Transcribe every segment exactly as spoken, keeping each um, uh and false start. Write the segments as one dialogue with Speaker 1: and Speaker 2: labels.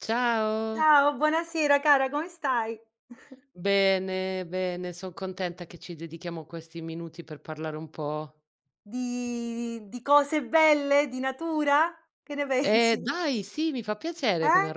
Speaker 1: Ciao.
Speaker 2: Ciao, buonasera cara, come stai?
Speaker 1: Bene, bene, son contenta che ci dedichiamo questi minuti per parlare un po'.
Speaker 2: Di di cose belle, di natura? Che ne
Speaker 1: Eh,
Speaker 2: pensi?
Speaker 1: dai, sì, mi fa piacere come
Speaker 2: Eh?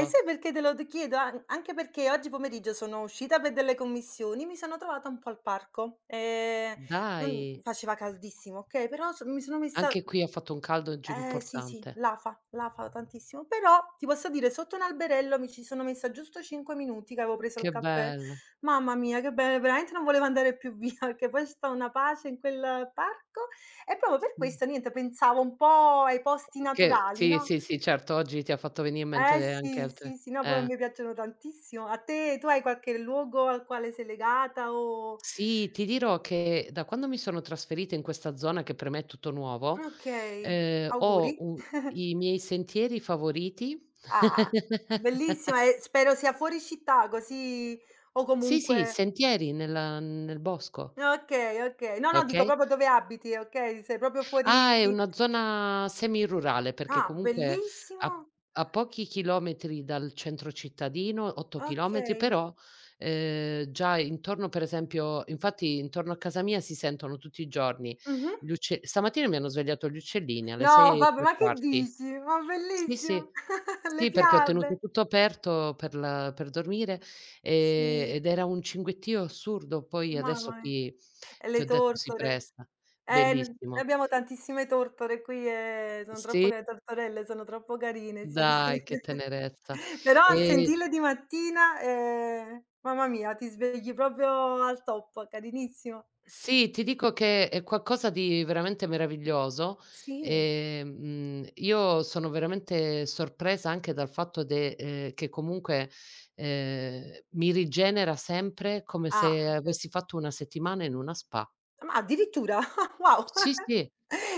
Speaker 2: Eh, sai perché te lo d chiedo? An anche perché oggi pomeriggio sono uscita per delle commissioni, mi sono trovata un po' al parco, ehm, non
Speaker 1: Dai,
Speaker 2: faceva caldissimo, okay, però so mi sono messa.
Speaker 1: anche qui ha fatto un caldo oggi
Speaker 2: Eh sì, sì,
Speaker 1: importante.
Speaker 2: la fa, la fa tantissimo, però ti posso dire sotto un alberello mi ci sono messa giusto cinque minuti che avevo preso il
Speaker 1: Che
Speaker 2: caffè.
Speaker 1: bello.
Speaker 2: Mamma mia che be veramente non volevo andare più via, perché poi c'è sta una pace in quel parco, e proprio per
Speaker 1: Sì,
Speaker 2: questo niente, pensavo un po' ai posti
Speaker 1: che
Speaker 2: naturali,
Speaker 1: sì,
Speaker 2: no,
Speaker 1: sì, sì, certo, oggi ti ha fatto venì in mente
Speaker 2: eh
Speaker 1: anche
Speaker 2: sì, sì,
Speaker 1: altre
Speaker 2: sì, no, poi a
Speaker 1: eh.
Speaker 2: me piacciono tantissimo. A te, tu hai qualche luogo al quale sei legata o
Speaker 1: Sì, ti dirò che da quando mi sono trasferita in questa zona, che per me è tutto nuovo,
Speaker 2: okay,
Speaker 1: ehm,
Speaker 2: auguri?
Speaker 1: ho u i miei sentieri favoriti.
Speaker 2: Ah, bellissima, e spero sia fuori città, così o
Speaker 1: Sì, sì,
Speaker 2: comunque
Speaker 1: sentieri nella nel bosco,
Speaker 2: okay, okay. No, no, dico
Speaker 1: okay.
Speaker 2: proprio dove abiti, okay? Sei proprio
Speaker 1: Ah,
Speaker 2: fuori,
Speaker 1: è una zona semirurale perché
Speaker 2: ah,
Speaker 1: comunque a
Speaker 2: bellissimo,
Speaker 1: a pochi chilometri dal centro cittadino, otto chilometri,
Speaker 2: okay.
Speaker 1: però, ehm, già intorno, per esempio, infatti intorno a casa mia si sentono tutti i giorni
Speaker 2: Mh-mh.
Speaker 1: gli ucce stamattina mi hanno svegliato gli uccellini alle
Speaker 2: No,
Speaker 1: sei e
Speaker 2: vabbè,
Speaker 1: tre
Speaker 2: ma che
Speaker 1: quarti.
Speaker 2: dici? Ma
Speaker 1: Sì,
Speaker 2: bellissimo.
Speaker 1: sì.
Speaker 2: Le
Speaker 1: Sì, perché ho tenuto
Speaker 2: fiabe.
Speaker 1: tutto aperto per la per dormire,
Speaker 2: Sì,
Speaker 1: ehm, ed era un cinguettio assurdo. Poi adesso
Speaker 2: mamma mi
Speaker 1: qui,
Speaker 2: e
Speaker 1: ti
Speaker 2: le
Speaker 1: ho detto, si
Speaker 2: tortore.
Speaker 1: presta.
Speaker 2: Eh, n noi
Speaker 1: Bellissimo.
Speaker 2: abbiamo tantissime tortore qui, e sono troppo
Speaker 1: Sì?
Speaker 2: ca le tortorelle sono troppo carine, sì.
Speaker 1: Dai, che tenerezza.
Speaker 2: Però a
Speaker 1: E
Speaker 2: sentirlo di mattina, ehm, mamma mia, ti svegli proprio al top, carinissimo.
Speaker 1: Sì, ti dico che è qualcosa di veramente meraviglioso.
Speaker 2: Sì.
Speaker 1: Ehm, mhmm, io sono veramente sorpresa anche dal fatto de ehm, che comunque, ehm, mi rigenera sempre come
Speaker 2: Ah,
Speaker 1: se
Speaker 2: ok.
Speaker 1: avessi fatto una settimana in una spa.
Speaker 2: Ma addirittura? Wow!
Speaker 1: Sì, sì.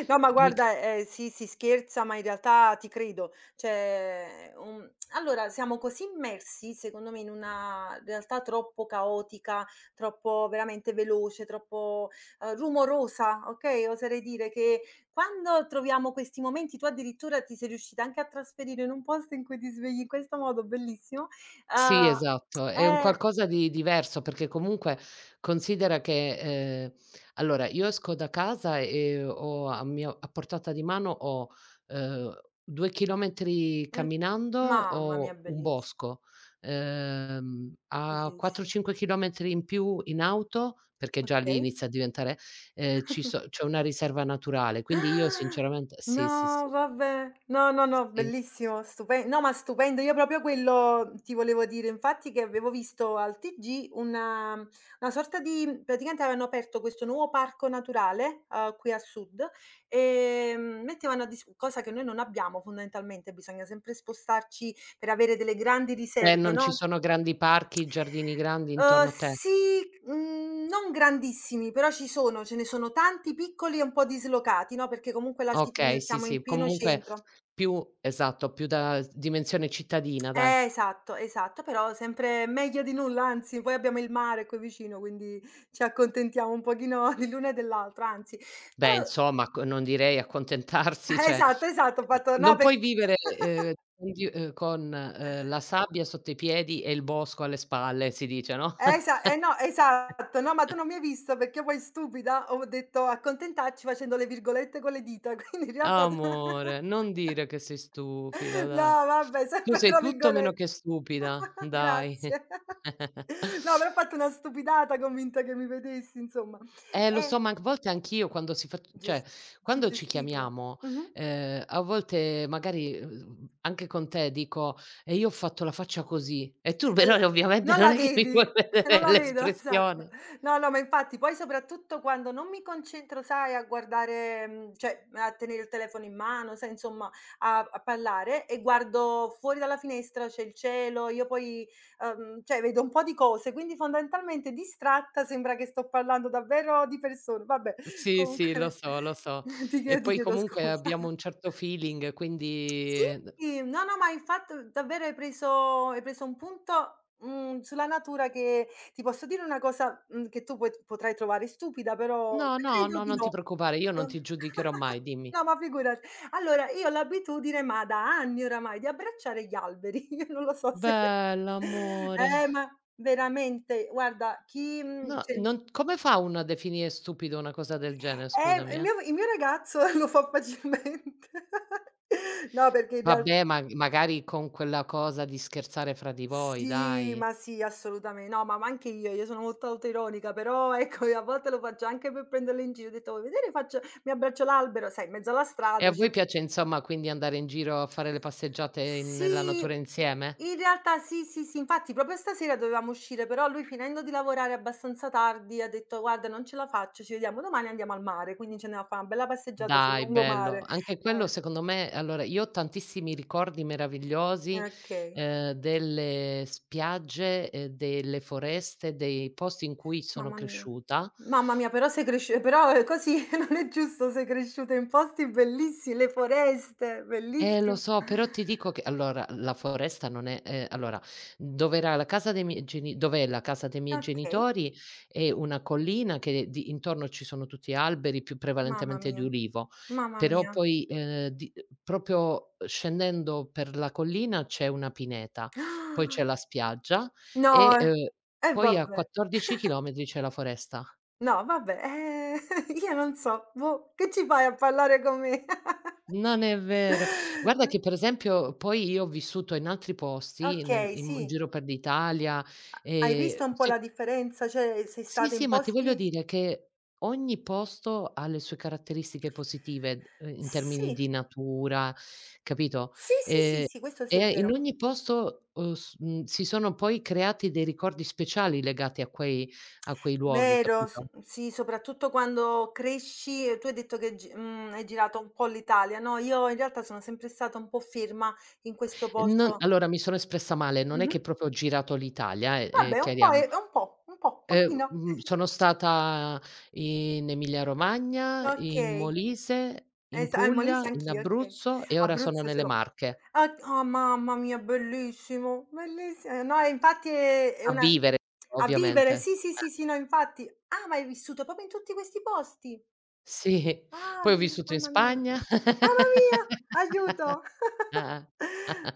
Speaker 2: No, ma
Speaker 1: Mi c
Speaker 2: guarda, ehm, sì, si scherza, ma in realtà ti credo. Cioè, un allora siamo così immersi, secondo me, in una realtà troppo caotica, troppo veramente veloce, troppo, uhm, rumorosa, okay, oserei dire, che quando troviamo questi momenti tu addirittura ti sei riuscita anche a trasferire in un posto in cui ti svegli in questo modo, bellissimo.
Speaker 1: Sì, esatto.
Speaker 2: Uhm,
Speaker 1: È un
Speaker 2: eh,
Speaker 1: qualcosa di diverso, perché comunque considera che, ehm, allora io esco da casa e ho a mia a portata di mano ho, ehm, due chilometri
Speaker 2: mh,
Speaker 1: camminando
Speaker 2: mamma mia
Speaker 1: ho un
Speaker 2: belliss
Speaker 1: bosco, ehm, a quattro,
Speaker 2: bellissimo.
Speaker 1: cinque chilometri in più in auto, perché già lì
Speaker 2: Okay.
Speaker 1: inizia a diventare ehm, ci so c'è una riserva naturale, quindi io
Speaker 2: Ah!
Speaker 1: sinceramente sì, sì,
Speaker 2: No,
Speaker 1: sì,
Speaker 2: vabbè. No, no, no,
Speaker 1: sì.
Speaker 2: bellissimo, stupen no, ma stupendo. Io proprio quello ti volevo dire, infatti, che avevo visto al ti gi una mm, una sorta di praticamente avevano aperto questo nuovo parco naturale, uhm, qui a sud, ehm, mettevano a dis cosa che noi non abbiamo fondamentalmente, bisogna sempre spostarci per avere delle grandi
Speaker 1: Eh,
Speaker 2: riserve,
Speaker 1: non ci
Speaker 2: no?
Speaker 1: sono grandi parchi, giardini grandi
Speaker 2: Uhm,
Speaker 1: intorno a te.
Speaker 2: sì, mhmm, non grandissimi, però ci sono, ce ne sono tanti piccoli e un po' dislocati, no, perché comunque la ci mhmm,
Speaker 1: Okay, sì,
Speaker 2: siamo in
Speaker 1: sì,
Speaker 2: pieno
Speaker 1: comunque
Speaker 2: centro.
Speaker 1: più esatto, più da s dimensione cittadina dai.
Speaker 2: Eh, esatto, esatto, però sempre meglio di nulla, anzi poi abbiamo il mare qui vicino, quindi ci accontentiamo un pochino di l'uno e dell'altro, anzi.
Speaker 1: Beh,
Speaker 2: Però
Speaker 1: insomma, c non direi accontentarsi, cioè,
Speaker 2: esatto, esatto, ho
Speaker 1: ehm,
Speaker 2: fatto no
Speaker 1: non
Speaker 2: per
Speaker 1: puoi vivere, ehm, con di uhm, con, ehm, la sabbia sotto i piedi e il bosco alle spalle, si dice, no.
Speaker 2: Esa eh no, esatto, no, ma tu non mi hai visto perché poi stupida ho detto accontentarci facendo le virgolette con le dita, quindi in realtà tu.
Speaker 1: Amore, non dire che sei stupida, dai.
Speaker 2: No vabbè,
Speaker 1: Tu
Speaker 2: sempre
Speaker 1: sei
Speaker 2: tra
Speaker 1: tutto meno
Speaker 2: virgolette.
Speaker 1: che stupida, dai.
Speaker 2: Grazie. No, però ho fatto una stupidata convinta che mi vedessi, insomma.
Speaker 1: Eh lo
Speaker 2: Eh,
Speaker 1: so, ma anche a volte anch'io quando si fac
Speaker 2: ges
Speaker 1: cioè
Speaker 2: si
Speaker 1: quando ci
Speaker 2: gesticola.
Speaker 1: chiamiamo,
Speaker 2: Mh-mh.
Speaker 1: ehm, a volte magari, uhm, anche con te dico: "E io ho fatto la faccia così", e tu
Speaker 2: E l
Speaker 1: però ovviamente
Speaker 2: non
Speaker 1: non
Speaker 2: la
Speaker 1: è che mi
Speaker 2: vedi,
Speaker 1: puoi
Speaker 2: non
Speaker 1: vedere
Speaker 2: la vedo, esatto.
Speaker 1: l'espressione.
Speaker 2: No, no, ma infatti poi soprattutto quando non mi concentro, sai, a guardare, mhmm, cioè a tenere il telefono in mano, sai insomma a a parlare e guardo fuori dalla finestra, c'è il cielo, io poi, uhm, cioè vedo un po' di cose, quindi fondamentalmente distratta sembra che sto parlando davvero di persone. Vabbè,
Speaker 1: Sì, sì, lo
Speaker 2: comunque
Speaker 1: so, lo so.
Speaker 2: ti
Speaker 1: E
Speaker 2: chie ti
Speaker 1: poi
Speaker 2: chiedo
Speaker 1: comunque
Speaker 2: scusa.
Speaker 1: abbiamo un certo feeling, quindi
Speaker 2: Sì, no, no, ma infatti mhmm, davvero hai preso hai preso un punto, mhmm, sulla natura che ti posso dire una cosa, mhmm, che tu puoi potrai trovare stupida, però
Speaker 1: no, no,
Speaker 2: credo
Speaker 1: no,
Speaker 2: di
Speaker 1: non ti
Speaker 2: no.
Speaker 1: preoccupare, io non ti giudicherò mai, dimmi.
Speaker 2: No, ma figurati. Allora, io ho l'abitudine, ma da anni oramai, di abbracciare gli alberi. Io non lo so se
Speaker 1: Bella amore.
Speaker 2: eh, ma veramente, guarda, chi mhmm,
Speaker 1: No,
Speaker 2: cioè
Speaker 1: non come fa uno a definire stupido una cosa del genere,
Speaker 2: eh,
Speaker 1: scusami,
Speaker 2: il
Speaker 1: eh?
Speaker 2: mio il mio ragazzo lo fa facilmente. No, perché in real.
Speaker 1: Vabbè, ma magari con quella cosa di scherzare fra di voi,
Speaker 2: Sì,
Speaker 1: dai.
Speaker 2: ma sì, assolutamen no, ma ma anche io, io sono molto autoironica, però ecco, a volte lo faccio anche per prenderle in giro, ho detto: "Vuoi vedere faccio mi abbraccio l'albero", sai, in mezzo alla
Speaker 1: E
Speaker 2: strada
Speaker 1: a
Speaker 2: ci
Speaker 1: voi piace insomma quindi andare in giro a fare le passeggiate in nella
Speaker 2: sì,
Speaker 1: natura insieme?
Speaker 2: in realtà sì, sì, sì, infatti proprio stasera dovevamo uscire, però lui finendo di lavorare abbastanza tardi ha detto: "Guarda non ce la faccio, ci vediamo domani, andiamo al mare", quindi ci andiamo a fa' una bella passeggiata sul
Speaker 1: Dai, bello.
Speaker 2: lungomare.
Speaker 1: Anche quello
Speaker 2: Eh,
Speaker 1: secondo me allora io ho tantissimi ricordi
Speaker 2: eh,
Speaker 1: meravigliosi,
Speaker 2: okay.
Speaker 1: ehm, delle spiagge, ehm, delle foreste, dei posti in cui sono
Speaker 2: Mamma mia.
Speaker 1: cresciuta.
Speaker 2: Mamma mia, però sei cresci però, ehm, così non è giusto, sei cresciuta in posti bellissi le foreste,
Speaker 1: Eh, lo
Speaker 2: bellissimo.
Speaker 1: so, però ti dico che allora, la foresta non è ehm, allora, dove era la casa dei miei geni dov'è la casa dei miei
Speaker 2: Okay,
Speaker 1: genitori, è una collina che di intorno ci sono tutti alberi, più
Speaker 2: mamma
Speaker 1: prevalentemente di
Speaker 2: mia,
Speaker 1: ulivo,
Speaker 2: mamma
Speaker 1: però
Speaker 2: mia.
Speaker 1: poi, ehm, di uhm, proprio scendendo per la collina c'è una pineta, poi c'è la spiaggia
Speaker 2: No,
Speaker 1: e,
Speaker 2: eh,
Speaker 1: uhm,
Speaker 2: e
Speaker 1: poi a
Speaker 2: vabbè.
Speaker 1: quattordici chilometri c'è la foresta.
Speaker 2: No, vabbè, eh, io non so, boh, che ci fai a parlare con me?
Speaker 1: Non è vero. Guarda che per esempio poi io ho vissuto in altri posti, nel
Speaker 2: Okay,
Speaker 1: in m
Speaker 2: sì.
Speaker 1: giro per l'Italia,
Speaker 2: Hai visto
Speaker 1: ehm,
Speaker 2: un po'
Speaker 1: se
Speaker 2: la differenza? Cioè, sei
Speaker 1: sì,
Speaker 2: stata
Speaker 1: sì,
Speaker 2: in
Speaker 1: ma ti voglio
Speaker 2: posti
Speaker 1: dire che ogni posto ha le sue caratteristiche positive, ehm, in termini
Speaker 2: sì,
Speaker 1: di natura, capito,
Speaker 2: sì, sì, sì,
Speaker 1: ehm,
Speaker 2: sì, questo sì è
Speaker 1: e
Speaker 2: vero.
Speaker 1: in ogni posto, uhm, s mhmm, si sono poi creati dei ricordi speciali legati a quei a quei luoghi,
Speaker 2: Vero, s
Speaker 1: capito.
Speaker 2: sì, soprattutto quando cresci e tu hai detto che gi mhmm, hai girato un po' l'Italia, no, io in realtà sono sempre stata un po' ferma in questo
Speaker 1: Non
Speaker 2: posto
Speaker 1: allora mi sono espressa male, non è
Speaker 2: mh-mh.
Speaker 1: che proprio ho girato l'Italia, eh, ehm,
Speaker 2: Vabbè un po' e
Speaker 1: chiariamo.
Speaker 2: un po', un po', un
Speaker 1: Ehm,
Speaker 2: pochino.
Speaker 1: mhmm, Sono stata in Emilia Romagna, in
Speaker 2: Okay,
Speaker 1: Molise, in
Speaker 2: esa eh,
Speaker 1: Puglia,
Speaker 2: Molise
Speaker 1: in
Speaker 2: anch'io, okay.
Speaker 1: Abruzzo e ora sono
Speaker 2: Abruzzo ce
Speaker 1: nelle
Speaker 2: l'ho.
Speaker 1: Marche.
Speaker 2: Ah, oh mamma mia, bellissimo, bellissi eh, no, e infatti è è
Speaker 1: A
Speaker 2: una
Speaker 1: vivere,
Speaker 2: a vivere,
Speaker 1: ovviamente.
Speaker 2: sì, sì, sì, sì, no infatti. Ah, ma hai vissuto proprio in tutti questi posti?
Speaker 1: Sì,
Speaker 2: Ah,
Speaker 1: poi ho
Speaker 2: bella
Speaker 1: vissuto in
Speaker 2: mamma mia.
Speaker 1: Spagna.
Speaker 2: Mamma mia, aiuto!
Speaker 1: Eh,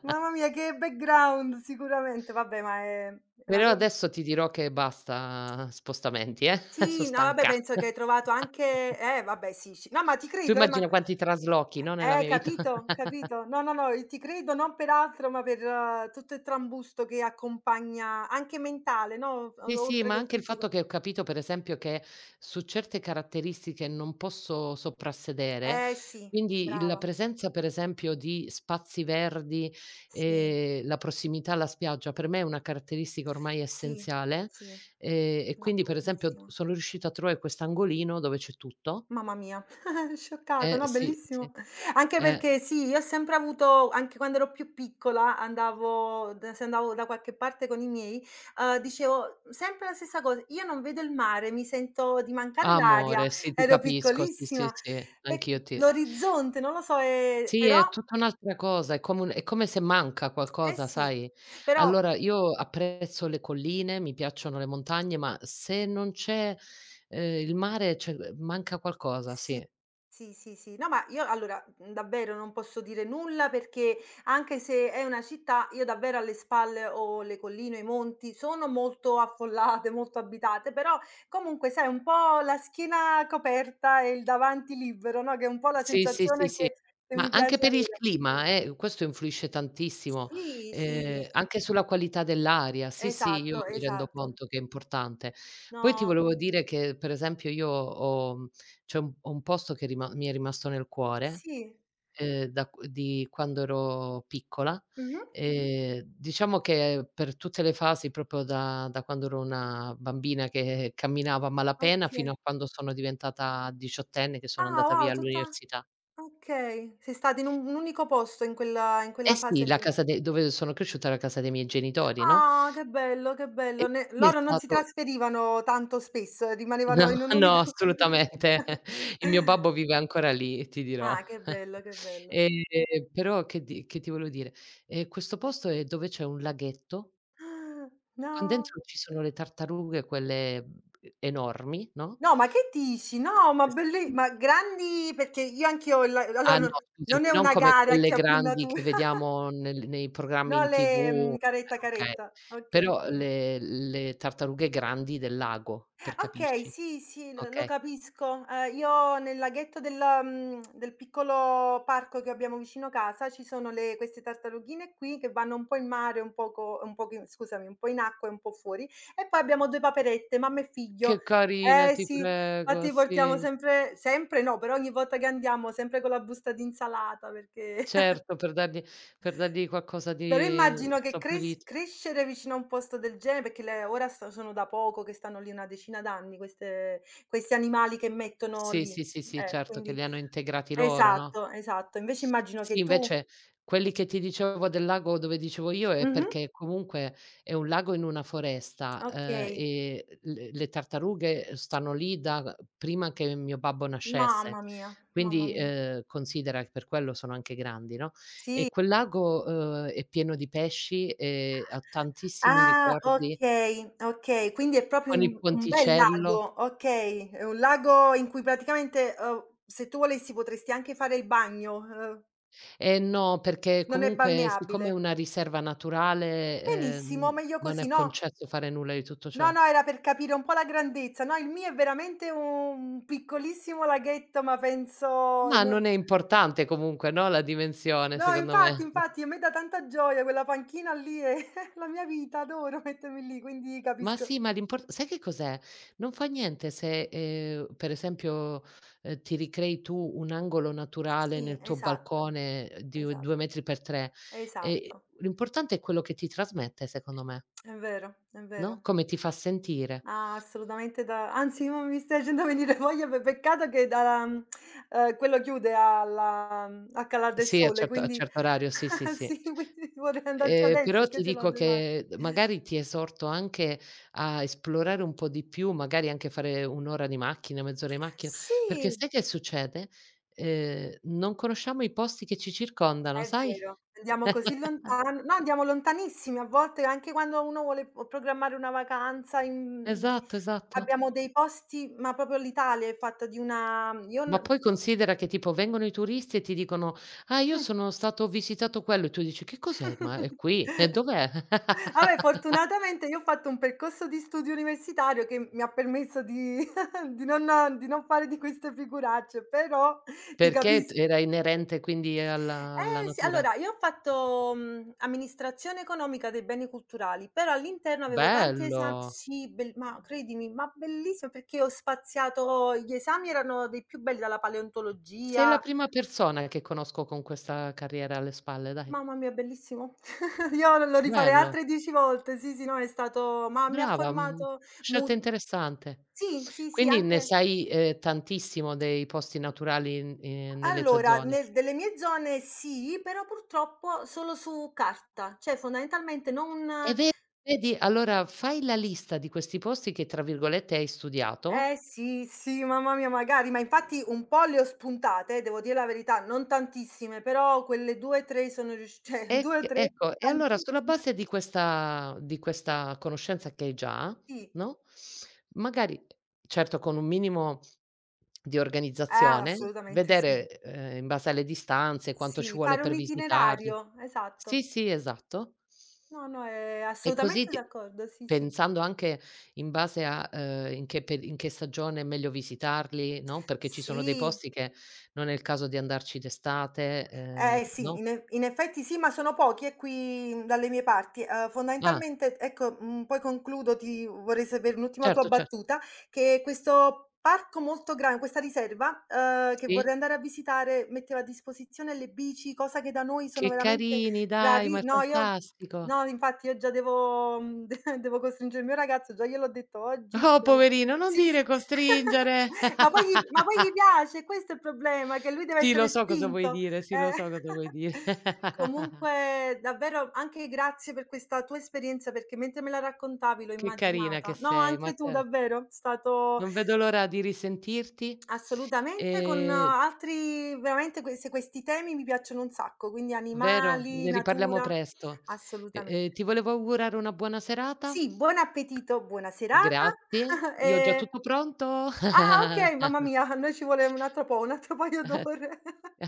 Speaker 2: Mamma mia, che background sicuramente. Vabbè, ma è una
Speaker 1: però
Speaker 2: rob
Speaker 1: adesso ti dirò che basta spostamenti, eh, so'
Speaker 2: sì, no vabbè
Speaker 1: stanca.
Speaker 2: penso che hai trovato anche eh vabbè sì, sci no ma ti
Speaker 1: Tu
Speaker 2: credo eh, ma
Speaker 1: immagina quanti traslochi, no, nella
Speaker 2: eh
Speaker 1: mia vita.
Speaker 2: capito, capito. No, no, no, i ti credo non per altro, ma per eh, tutto il trambusto che accompagna anche mentale, no,
Speaker 1: Sì,
Speaker 2: o
Speaker 1: sì,
Speaker 2: oltre
Speaker 1: ma
Speaker 2: che
Speaker 1: anche il fatto
Speaker 2: fisico.
Speaker 1: che ho capito per esempio che su certe caratteristiche non posso soprassedere,
Speaker 2: Eh sì,
Speaker 1: quindi il la
Speaker 2: brava.
Speaker 1: presenza per esempio di spazi verdi
Speaker 2: Sì,
Speaker 1: e la prossimità alla spiaggia per me è una caratteristica ormai
Speaker 2: sì,
Speaker 1: essenziale,
Speaker 2: sì,
Speaker 1: ehm, e quindi per esempio
Speaker 2: d'accordissimo.
Speaker 1: sono riuscita a trovare quest'angolino dove c'è tutto.
Speaker 2: Mamma mia, scioccata,
Speaker 1: Eh
Speaker 2: no,
Speaker 1: sì,
Speaker 2: bellissimo.
Speaker 1: sì,
Speaker 2: Anche
Speaker 1: eh.
Speaker 2: perché sì, io ho sempre avuto anche quando ero più piccola, andavo da se andavo da qualche parte con i miei, uhm, dicevo sempre la stessa cosa: "Io non vedo il mare, mi sento di mancare l'aria."
Speaker 1: Amore, sì, ti
Speaker 2: Ero
Speaker 1: capisco, sì, sì,
Speaker 2: piccolissima,
Speaker 1: sì,
Speaker 2: pe
Speaker 1: anch'io ti
Speaker 2: l'orizzonte, non lo so, ehm,
Speaker 1: Sì,
Speaker 2: però
Speaker 1: è tutta un'altra cosa, è come un è come se manca
Speaker 2: eh
Speaker 1: qualcosa,
Speaker 2: sì,
Speaker 1: sai.
Speaker 2: però
Speaker 1: Allora io apprezzo le colline, mi piacciono le montagne, ma se non c'è, ehm, il mare, cioè, uhm, manca qualcosa,
Speaker 2: sì.
Speaker 1: sì.
Speaker 2: Sì, sì, sì. No, ma io allora, mhmm, davvero non posso dire nulla perché anche se è una città, io davvero alle spalle ho le colline, i monti, sono molto affollate, molto abitate, però comunque sai un po' la schiena coperta e il davanti libero, no, che è un po' la
Speaker 1: Sì, sì, sì,
Speaker 2: sensazione
Speaker 1: sì.
Speaker 2: che che
Speaker 1: Ma
Speaker 2: mi
Speaker 1: anche
Speaker 2: piace
Speaker 1: per il
Speaker 2: avere.
Speaker 1: clima, eh, questo influisce tantissimo,
Speaker 2: Sì, sì,
Speaker 1: ehm, anche sulla qualità dell'aria. Sì, sì, io
Speaker 2: esatto,
Speaker 1: mi rendo
Speaker 2: esatto.
Speaker 1: conto che è importante. Poi ti
Speaker 2: No
Speaker 1: volevo dire che, per esempio, io ho mhmm, c'è un ho un posto che rima mi è rimasto nel cuore
Speaker 2: sì.
Speaker 1: ehm, da q di quando ero piccola. Mh.
Speaker 2: Mh-mh.
Speaker 1: Ehm, diciamo che per tutte le fasi, proprio da da quando ero una bambina che camminava a malapena, fino
Speaker 2: Okay.
Speaker 1: a quando sono diventata diciottenne, che sono
Speaker 2: Ah
Speaker 1: andata
Speaker 2: wow,
Speaker 1: via
Speaker 2: tutta
Speaker 1: all'università.
Speaker 2: okay. Sei stata in un un unico posto in quella in quella
Speaker 1: Eh sì,
Speaker 2: fase
Speaker 1: la
Speaker 2: lì.
Speaker 1: casa de dove sono cresciuta è la casa dei miei genitori, no,
Speaker 2: Ah, che bello, che
Speaker 1: e
Speaker 2: bello. Ne
Speaker 1: quindi è
Speaker 2: loro non si
Speaker 1: stato
Speaker 2: trasferivano tanto spesso, eh,
Speaker 1: no,
Speaker 2: rimanevano in un
Speaker 1: no,
Speaker 2: unico.
Speaker 1: assolutamente. Il mio babbo vive ancora lì, ti dirò.
Speaker 2: Ah, che bello, che bello.
Speaker 1: Ehm, però che di che ti volevo dire, ehm, questo posto è dove c'è un laghetto.
Speaker 2: Ah,
Speaker 1: Con
Speaker 2: no.
Speaker 1: dentro ci sono le tartarughe quelle, mhmm, enormi, no?
Speaker 2: No, ma che dici? No, ma belli
Speaker 1: Sì.
Speaker 2: ma grandi perché io anch'io ho il allora
Speaker 1: Ah no,
Speaker 2: no non è
Speaker 1: scusami, non
Speaker 2: una
Speaker 1: come
Speaker 2: gara
Speaker 1: quelle
Speaker 2: chi ha più
Speaker 1: grandi
Speaker 2: natura.
Speaker 1: che vediamo nel nei programmi
Speaker 2: No,
Speaker 1: in
Speaker 2: le
Speaker 1: T V,
Speaker 2: mhmm,
Speaker 1: eh,
Speaker 2: caretta,
Speaker 1: okay.
Speaker 2: caretta. Okay.
Speaker 1: Però le le tartarughe grandi del lago, per
Speaker 2: Okay,
Speaker 1: capirci,
Speaker 2: sì, sì, lo lo
Speaker 1: okay.
Speaker 2: capisco. Ehm, io nel laghetto del mhmm, del piccolo parco che abbiamo vicino casa ci sono le queste tartarughine qui che vanno un po' in mare, un poco un poco in scusami, un po' in acqua e un po' fuori, e poi abbiamo due paperette, mamma e figlio.
Speaker 1: Che carina,
Speaker 2: Eh
Speaker 1: ti
Speaker 2: sì,
Speaker 1: prego,
Speaker 2: infatti portiamo
Speaker 1: sì.
Speaker 2: sempre sempre no, però ogni volta che andiamo sempre con la busta di insalata perché
Speaker 1: Certo, per dargli per dargli qualcosa di
Speaker 2: però
Speaker 1: eh,
Speaker 2: immagino che cres
Speaker 1: saporito.
Speaker 2: crescere vicino a un posto del genere perché le ora sta sono da poco che stanno lì una decina d'anni queste questi animali che mettono
Speaker 1: Sì,
Speaker 2: lì.
Speaker 1: sì, sì, sì,
Speaker 2: Eh,
Speaker 1: certo, che
Speaker 2: quindi
Speaker 1: li hanno integrati loro, no?
Speaker 2: esatto, esatto. Invece immagino
Speaker 1: Sì,
Speaker 2: che tu
Speaker 1: invece quelli che ti dicevo del lago dove dicevo io è
Speaker 2: mh-mh,
Speaker 1: perché comunque è un lago in una foresta, ehm,
Speaker 2: okay.
Speaker 1: e le le tartarughe stanno lì da prima che mio babbo nascesse.
Speaker 2: Mamma mia, mamma
Speaker 1: Quindi,
Speaker 2: mia.
Speaker 1: ehm, considera che per quello sono anche grandi, no,
Speaker 2: Sì.
Speaker 1: e quel lago, uhm, è pieno di pesci e ha tantissimi
Speaker 2: Ah,
Speaker 1: ricordi
Speaker 2: okay, okay. Quindi è proprio
Speaker 1: con il
Speaker 2: un un bel
Speaker 1: ponticello.
Speaker 2: lago, okay. È un lago in cui praticamente, uhm, se tu volessi potresti anche fare il bagno, uhm,
Speaker 1: Eh no, perché
Speaker 2: non è
Speaker 1: comunque siccome è
Speaker 2: balneabile.
Speaker 1: una riserva naturale,
Speaker 2: Benissimo,
Speaker 1: ehm,
Speaker 2: meglio
Speaker 1: non
Speaker 2: così,
Speaker 1: è
Speaker 2: no?
Speaker 1: concesso fare nulla di tutto
Speaker 2: No,
Speaker 1: ciò.
Speaker 2: no, era per capire un po' la grandezza. No, il mio è veramente un piccolissimo laghetto, ma penso
Speaker 1: Ma
Speaker 2: no
Speaker 1: non è importante comunque, no, la dimensione
Speaker 2: no,
Speaker 1: secondo
Speaker 2: infatti,
Speaker 1: me.
Speaker 2: infatti, a me dà tanta gioia quella panchina lì è la mia vita, adoro mettermi lì, quindi
Speaker 1: Ma
Speaker 2: capisco.
Speaker 1: sì, ma l'impor sai che cos'è? Non fa niente se, ehm, per esempio, ehm, ti ricrei tu un angolo naturale
Speaker 2: Sì,
Speaker 1: nel tuo
Speaker 2: esatto,
Speaker 1: balcone eh, di u
Speaker 2: esatto,
Speaker 1: due metri per tre, ehm,
Speaker 2: esatto.
Speaker 1: l'importante è quello che ti trasmette secondo me,
Speaker 2: È vero, è
Speaker 1: no,
Speaker 2: vero.
Speaker 1: come ti fa sentire.
Speaker 2: Ah, assolutamente da anzi mo mi stai facendo venire voglia, pe peccato che da mhmm, ehm, quello chiude alla mhmm, a Calar del
Speaker 1: Sì, a
Speaker 2: Sole,
Speaker 1: certo a
Speaker 2: quindi
Speaker 1: certo orario, sì, sì, sì.
Speaker 2: sì, quindi vorrei andarci
Speaker 1: Ehm,
Speaker 2: adesso
Speaker 1: però ti
Speaker 2: perché ce l'ho
Speaker 1: dico
Speaker 2: davanti.
Speaker 1: che magari ti esorto anche a esplorare un po' di più, magari anche fare un' ora di macchina, mezz'ora di macchina, perché
Speaker 2: Sì,
Speaker 1: sai che succede? Ehm, non conosciamo i posti che ci circondano,
Speaker 2: è
Speaker 1: sai?
Speaker 2: vero, andiamo così lontan no, andiamo lontanissimi, a volte anche quando uno vuole p programmare una vacanza in di-
Speaker 1: Esatto, esatto.
Speaker 2: abbiamo dei posti ma proprio l'Italia è fatta di una mm, io
Speaker 1: Ma
Speaker 2: n.
Speaker 1: poi considera che tipo vengono i turisti e ti dicono: "Ah, io sono stato ho visitato quello", e tu dici: "Che cos'è?" "Ma è qui." "E dov'è?"
Speaker 2: Vabbè, fortunatamente io ho fatto un percorso di studio universitario che mi ha permesso di di non di non fare di queste figuracce, però ti
Speaker 1: Perché t
Speaker 2: capisco.
Speaker 1: era inerente quindi alla alla
Speaker 2: Eh sì,
Speaker 1: natura.
Speaker 2: allora io ho fatto, mhmm, amministrazione economica dei beni culturali, però all'interno avevo tanti esami
Speaker 1: Bello!
Speaker 2: sì, bel ma credimi, ma bellissimo perché ho spaziato gli esami erano dei più belli, dalla
Speaker 1: Sei la
Speaker 2: paleontologia
Speaker 1: prima persona che conosco con questa carriera alle spalle, dai.
Speaker 2: mamma mia bellissimo. Io lo rifarei
Speaker 1: Bello,
Speaker 2: altre dieci volte, sì, sì, no, è stato ma mi ha
Speaker 1: brava, mhmm,
Speaker 2: formato mu.
Speaker 1: scelta interessante.
Speaker 2: Sì, sì, sì,
Speaker 1: Quindi ne
Speaker 2: anche
Speaker 1: sai, ehm, tantissimo dei posti naturali in ehm, nelle tue
Speaker 2: allora
Speaker 1: zone.
Speaker 2: nel delle mie zone sì, però purtroppo solo su carta, cioè fondamentalmente
Speaker 1: E
Speaker 2: non
Speaker 1: ve Vedi, allora fai la lista di questi posti che tra virgolette "hai
Speaker 2: eh
Speaker 1: studiato".
Speaker 2: sì, sì, mamma mia magari, ma infatti un po' le ho spuntate, devo dire la verità, non tantissime, però quelle due, tre sono riusc cioè
Speaker 1: Ec
Speaker 2: due, tre
Speaker 1: Ecco, e allora sulla
Speaker 2: tantissime,
Speaker 1: base di questa di questa conoscenza che hai già,
Speaker 2: sì.
Speaker 1: no, magari, certo con un minimo di
Speaker 2: Eh,
Speaker 1: organizzazione,
Speaker 2: assolutamente sì.
Speaker 1: vedere, ehm, in base alle distanze, quanto ci
Speaker 2: Sì,
Speaker 1: vuole
Speaker 2: fare
Speaker 1: per
Speaker 2: un
Speaker 1: visitarli.
Speaker 2: itinerario,
Speaker 1: Sì,
Speaker 2: esatto.
Speaker 1: sì, esatto.
Speaker 2: No, no, è
Speaker 1: E così
Speaker 2: assolutamente
Speaker 1: ti
Speaker 2: d'accordo, sì, sì.
Speaker 1: Pensando anche in base a, ehm, in che pe in che stagione è meglio visitarli, no, perché ci sono dei
Speaker 2: Sì.
Speaker 1: posti che non è il caso di andarci d'estate,
Speaker 2: Eh
Speaker 1: ehm,
Speaker 2: sì,
Speaker 1: no?
Speaker 2: in eff in effetti sì, ma sono pochi, eh, qui mh, dalle mie parti. Uhm,
Speaker 1: Ah,
Speaker 2: fondamentalmente ecco, mhmm, poi concludo, ti vorrei sapere un'ultima tua
Speaker 1: certo, cer
Speaker 2: battuta, che questo parco molto gran questa riserva, uhm, che vorrei
Speaker 1: sì?
Speaker 2: andare a visitare, metteva a disposizione le bici, cosa che da noi sono
Speaker 1: Che
Speaker 2: veramente
Speaker 1: carini dai, ma
Speaker 2: rari
Speaker 1: è
Speaker 2: no, io
Speaker 1: fantastico.
Speaker 2: no, infatti io già devo mhmm, de devo costringere il mio ragazzo, già gliel'ho detto oggi,
Speaker 1: Oh
Speaker 2: dobbiamo
Speaker 1: poverino, non
Speaker 2: sì,
Speaker 1: dire
Speaker 2: sì.
Speaker 1: costringere.
Speaker 2: Ma poi gli ma poi gli piace, questo è il problema, che lui deve
Speaker 1: Sì, lo
Speaker 2: essere
Speaker 1: so cosa vuoi
Speaker 2: spinto.
Speaker 1: dire, sì,
Speaker 2: Eh,
Speaker 1: lo so cosa vuoi dire.
Speaker 2: comunque davvero anche grazie per questa tua esperienza, perché mentre me la raccontavi l'ho
Speaker 1: Che carina che
Speaker 2: immaginata. No,
Speaker 1: sei,
Speaker 2: anche
Speaker 1: ma
Speaker 2: tu
Speaker 1: te
Speaker 2: davvero, è stato
Speaker 1: non vedo l'ora di risentirti,
Speaker 2: assolutamente con eh,
Speaker 1: ehm,
Speaker 2: altri veramente questi questi temi mi piacciono un sacco, quindi
Speaker 1: vero?
Speaker 2: animali,
Speaker 1: Ne riparliamo
Speaker 2: natura,
Speaker 1: presto. E e
Speaker 2: assolutamente.
Speaker 1: ti volevo augurare una buona serata.
Speaker 2: Sì, buon appetito, buona serata.
Speaker 1: Grazie. Io ho già
Speaker 2: E
Speaker 1: tutto pronto.
Speaker 2: ah, okay, mamma mia, a noi ci vuole un altro po', un altro paio d'ore.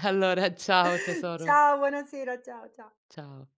Speaker 1: Allora ciao tesoro.
Speaker 2: Ciao, buonasera, ciao, cia
Speaker 1: Ciao.